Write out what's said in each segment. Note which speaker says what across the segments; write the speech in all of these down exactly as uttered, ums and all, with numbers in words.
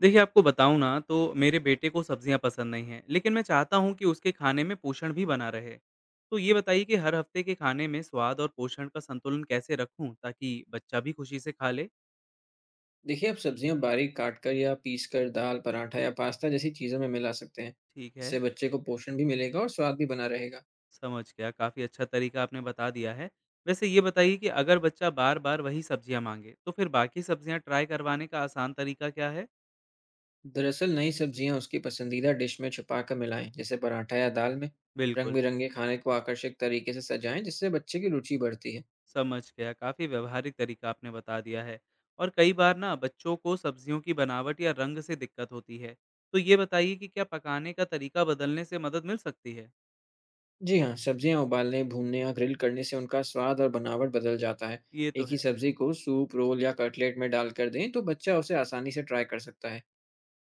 Speaker 1: देखिए, आपको बताऊँ ना तो मेरे बेटे को सब्जियाँ पसंद नहीं हैं, लेकिन मैं चाहता हूँ कि उसके खाने में पोषण भी बना रहे। तो ये बताइए कि हर हफ्ते के खाने में स्वाद और पोषण का संतुलन कैसे रखूँ ताकि बच्चा भी खुशी से खा ले?
Speaker 2: देखिए, आप सब्जियाँ बारीक काटकर या पीसकर दाल, पराठा या पास्ता जैसी चीज़ों में मिला सकते हैं।
Speaker 1: ठीक है,
Speaker 2: इससे बच्चे को पोषण भी मिलेगा और स्वाद भी बना रहेगा।
Speaker 1: समझ गया। काफ़ी अच्छा तरीका आपने बता दिया है। वैसे ये बताइए कि अगर बच्चा बार-बार वही सब्जियाँ माँगे, तो फिर बाकी सब्जियाँ ट्राई करवाने का आसान तरीका क्या है?
Speaker 2: दरअसल, नई सब्जियाँ उसकी पसंदीदा डिश में छुपाकर मिलाएँ, जैसे पराठा या दाल में।
Speaker 1: बिल्कुल।
Speaker 2: रंग-बिरंगे खाने को आकर्षक तरीके से सजाएँ, जिससे बच्चे की रुचि बढ़ती है।
Speaker 1: समझ गया। काफ़ी व्यावहारिक तरीका आपने बता दिया है। और कई बार ना बच्चों को सब्जियों की बनावट या रंग से दिक्कत होती है। तो ये बताइए कि क्या पकाने का तरीका बदलने से मदद मिल सकती है?
Speaker 2: जी हाँ, सब्जियाँ उबालने, भूनने या ग्रिल करने से उनका स्वाद और बनावट बदल जाता है।
Speaker 1: ये तो
Speaker 2: एक
Speaker 1: है।
Speaker 2: ही सब्जी को सूप, रोल या कटलेट में डालकर दें, तो बच्चा उसे आसानी से ट्राई कर सकता है।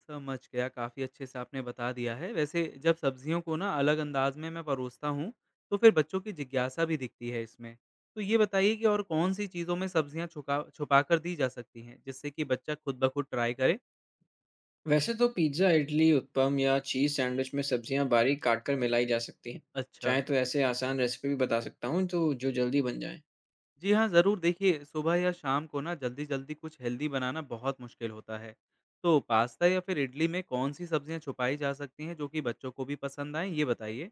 Speaker 1: समझ गया, काफ़ी अच्छे से आपने बता दिया है। वैसे जब सब्जियों को ना अलग अंदाज में मैं परोसता हूँ, तो फिर बच्चों की जिज्ञासा भी दिखती है इसमें। तो ये बताइए कि और कौन-सी चीज़ों में सब्जियाँ छुका छुपाकर दी जा सकती हैं, जिससे कि बच्चा खुद ब खुद ट्राई करे?
Speaker 2: वैसे तो पिज्ज़ा, इडली, उत्पम या चीज़ सैंडविच में सब्जियां बारीक काटकर मिलाई जा सकती हैं।
Speaker 1: अच्छा।
Speaker 2: चाहे तो ऐसे आसान रेसिपी भी बता सकता हूँ तो जो जल्दी बन जाए।
Speaker 1: जी हाँ, ज़रूर देखिए सुबह या शाम को ना जल्दी-जल्दी कुछ हेल्दी बनाना बहुत मुश्किल होता है। तो पास्ता या फिर इडली में कौन-सी सब्जियाँ छुपाई जा सकती हैं जो कि बच्चों को भी पसंद आएँ, ये बताइए?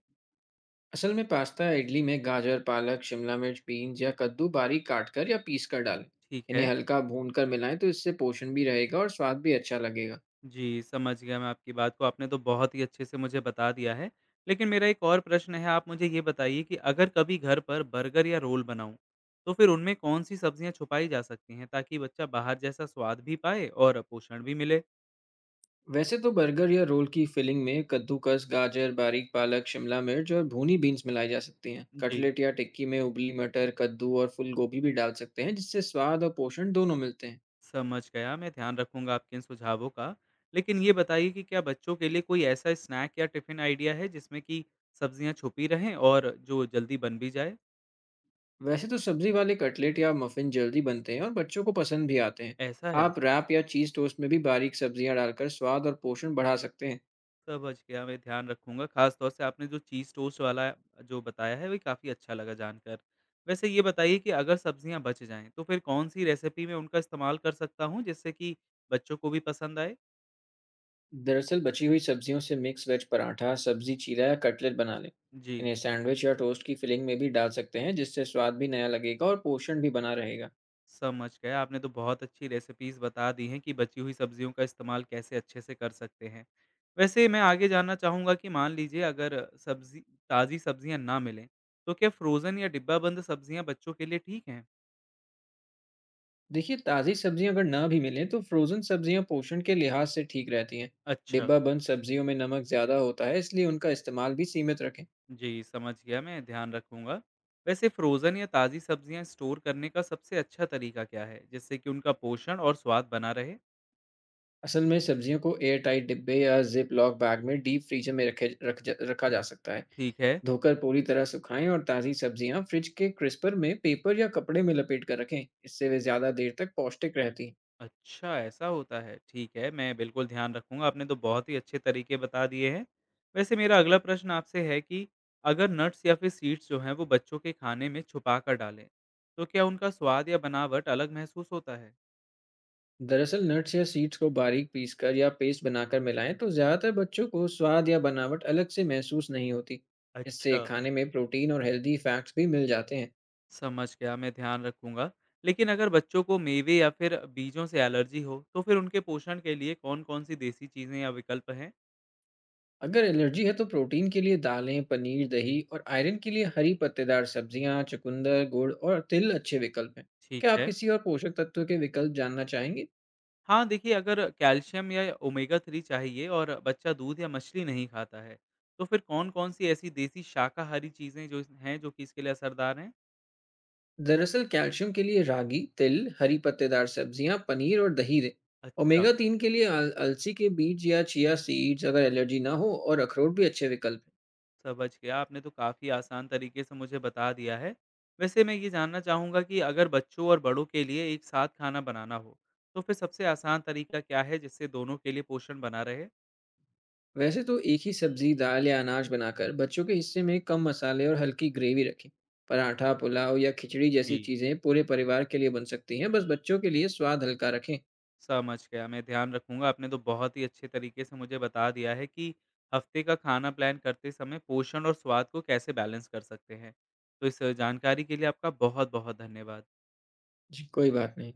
Speaker 2: असल में पास्ता या इडली में गाजर, पालक, शिमला मिर्च, बीन्स या कद्दू बारीक काटकर या पीस कर डालें।
Speaker 1: ठीक
Speaker 2: इन्हें
Speaker 1: है।
Speaker 2: हल्का भूनकर मिलाएं तो इससे पोषण भी रहेगा और स्वाद भी अच्छा लगेगा।
Speaker 1: जी, समझ गया मैं आपकी बात को, आपने तो बहुत ही अच्छे से मुझे बता दिया है। लेकिन मेरा एक और प्रश्न है, आप मुझे ये बताइए कि अगर कभी घर पर बर्गर या रोल बनाऊँ, तो फिर उनमें कौन-सी सब्जियाँ छुपाई जा सकती हैं ताकि बच्चा बाहर जैसा स्वाद भी पाए और पोषण भी मिले?
Speaker 2: वैसे तो बर्गर या रोल की फिलिंग में कद्दूकस, गाजर, बारीक पालक, शिमला मिर्च और भुनी बीन्स मिलाई जा सकती हैं।
Speaker 1: जी।
Speaker 2: कटलेट या टिक्की में उबली मटर, कद्दू और फूल गोभी भी डाल सकते हैं जिससे स्वाद और पोषण दोनों मिलते हैं।
Speaker 1: समझ गया, मैं ध्यान रखूँगा आपके इन सुझावों का। लेकिन ये बताइए कि क्या बच्चों के लिए कोई ऐसा स्नैक या टिफ़िन आइडिया है जिसमें कि सब्जियाँ छुपी रहें और जो जल्दी बन भी जाए?
Speaker 2: वैसे तो सब्जी वाले कटलेट या मफिन जल्दी बनते हैं और बच्चों को पसंद भी आते हैं।
Speaker 1: ऐसा है?
Speaker 2: आप रैप या चीज़ टोस्ट में भी बारीक सब्जियां डालकर स्वाद और पोषण बढ़ा सकते हैं।
Speaker 1: समझ गया, मैं ध्यान रखूँगा। ख़ास तौर से आपने जो चीज़ टोस्ट वाला जो बताया है, वो काफ़ी अच्छा लगा जानकर। वैसे ये बताइए कि अगर सब्जियाँ बच जाएँ, तो फिर कौन-सी रेसिपी में उनका इस्तेमाल कर सकता हूँ जिससे कि बच्चों को भी पसंद आए?
Speaker 2: दरअसल बची हुई सब्जियों से मिक्स वेज पराठा, सब्जी चीला या कटलेट बना लें।
Speaker 1: जी।
Speaker 2: इन्हें सैंडविच या टोस्ट की फिलिंग में भी डाल सकते हैं, जिससे स्वाद भी नया लगेगा और पोषण भी बना रहेगा।
Speaker 1: समझ गए। आपने तो बहुत अच्छी रेसिपीज़ बता दी हैं कि बची हुई सब्जियों का इस्तेमाल कैसे अच्छे से कर सकते हैं। वैसे मैं आगे जानना चाहूँगा कि मान लीजिए अगर सब्ज़ी ताज़ी सब्जियाँ ना मिलें, तो क्या फ़्रोज़न या डिब्बाबंद सब्जियाँ बच्चों के लिए ठीक हैं?
Speaker 2: देखिए, ताज़ी सब्जियां अगर ना भी मिलें तो फ्रोज़न सब्जियां पोषण के लिहाज से ठीक रहती हैं।
Speaker 1: अच्छा,
Speaker 2: डिब्बा बंद सब्जियों में नमक ज़्यादा होता है, इसलिए उनका इस्तेमाल भी सीमित रखें।
Speaker 1: जी समझ गया मैं ध्यान रखूँगा। वैसे फ़्रोज़न या ताज़ी सब्जियाँ स्टोर करने का सबसे अच्छा तरीका क्या है, जिससे कि उनका पोषण और स्वाद बना रहे?
Speaker 2: असल में सब्जियों को एयर टाइट डिब्बे या जिप लॉक बैग में डीप फ्रीजर में रखे रख जा, रखा जा सकता है।
Speaker 1: ठीक है।
Speaker 2: धोकर पूरी तरह सुखाएं, और ताज़ी सब्जियां फ्रिज के क्रिस्पर में पेपर या कपड़े में लपेट कर रखें, इससे वे ज़्यादा देर तक पौष्टिक रहती हैं।
Speaker 1: अच्छा, ऐसा होता है। ठीक है, मैं बिल्कुल ध्यान रखूँगा। आपने तो बहुत ही अच्छे तरीके बता दिए हैं। वैसे मेरा अगला प्रश्न आपसे है कि अगर नट्स या फिर सीड्स जो हैं, वो बच्चों के खाने में छुपा कर डालें, तो क्या उनका स्वाद या बनावट अलग महसूस होता है?
Speaker 2: दरअसल नट्स या सीड्स को बारीक पीसकर या पेस्ट बनाकर मिलाएं तो ज़्यादातर बच्चों को स्वाद या बनावट अलग से महसूस नहीं होती। इससे
Speaker 1: अच्छा,
Speaker 2: खाने में प्रोटीन और हेल्दी फैट्स भी मिल जाते हैं।
Speaker 1: समझ गया, मैं ध्यान रखूँगा। लेकिन अगर बच्चों को मेवे या फिर बीजों से एलर्जी हो, तो फिर उनके पोषण के लिए कौन-कौन सी देसी चीज़ें या विकल्प हैं?
Speaker 2: अगर एलर्जी है तो प्रोटीन के लिए दालें, पनीर, दही और आयरन के लिए हरी पत्तेदार सब्जियां, चुकंदर, गुड़ और तिल अच्छे विकल्प हैं।
Speaker 1: ठीक
Speaker 2: क्या आप
Speaker 1: है।
Speaker 2: किसी और पोषक तत्व के विकल्प जानना चाहेंगे?
Speaker 1: हाँ देखिए, अगर कैल्शियम या ओमेगा थ्री चाहिए और बच्चा दूध या मछली नहीं खाता है, तो फिर कौन कौन सी ऐसी देसी शाकाहारी चीज़ें जो इस- हैं जो कि इसके लिए असरदार हैं?
Speaker 2: दरअसल कैल्शियम के लिए रागी, तिल, हरी पत्तेदार सब्जियां, पनीर और दही दें।
Speaker 1: अच्छा,
Speaker 2: ओमेगा तीन के लिए अल- अलसी के बीज या चिया सीड्स, अगर एलर्जी ना हो, और अखरोट भी अच्छे विकल्प हैं।
Speaker 1: समझ गया, आपने तो काफ़ी आसान तरीके से मुझे बता दिया है। वैसे मैं ये जानना चाहूँगा कि अगर बच्चों और बड़ों के लिए एक साथ खाना बनाना हो, तो फिर सबसे आसान तरीका क्या है जिससे दोनों के लिए पोषण बना रहे?
Speaker 2: वैसे तो एक ही सब्जी, दाल या अनाज बनाकर बच्चों के हिस्से में कम मसाले और हल्की ग्रेवी रखें। पराठा, पुलाव या खिचड़ी जैसी
Speaker 1: जी,
Speaker 2: चीजें पूरे परिवार के लिए बन सकती हैं। बस बच्चों के लिए स्वाद हल्का रखें।
Speaker 1: समझ गया, मैं ध्यान रखूँगा। आपने तो बहुत ही अच्छे तरीके से मुझे बता दिया है कि हफ्ते का खाना प्लान करते समय पोषण और स्वाद को कैसे बैलेंस कर सकते हैं। तो इस जानकारी के लिए आपका बहुत-बहुत धन्यवाद।
Speaker 2: जी, कोई बात नहीं।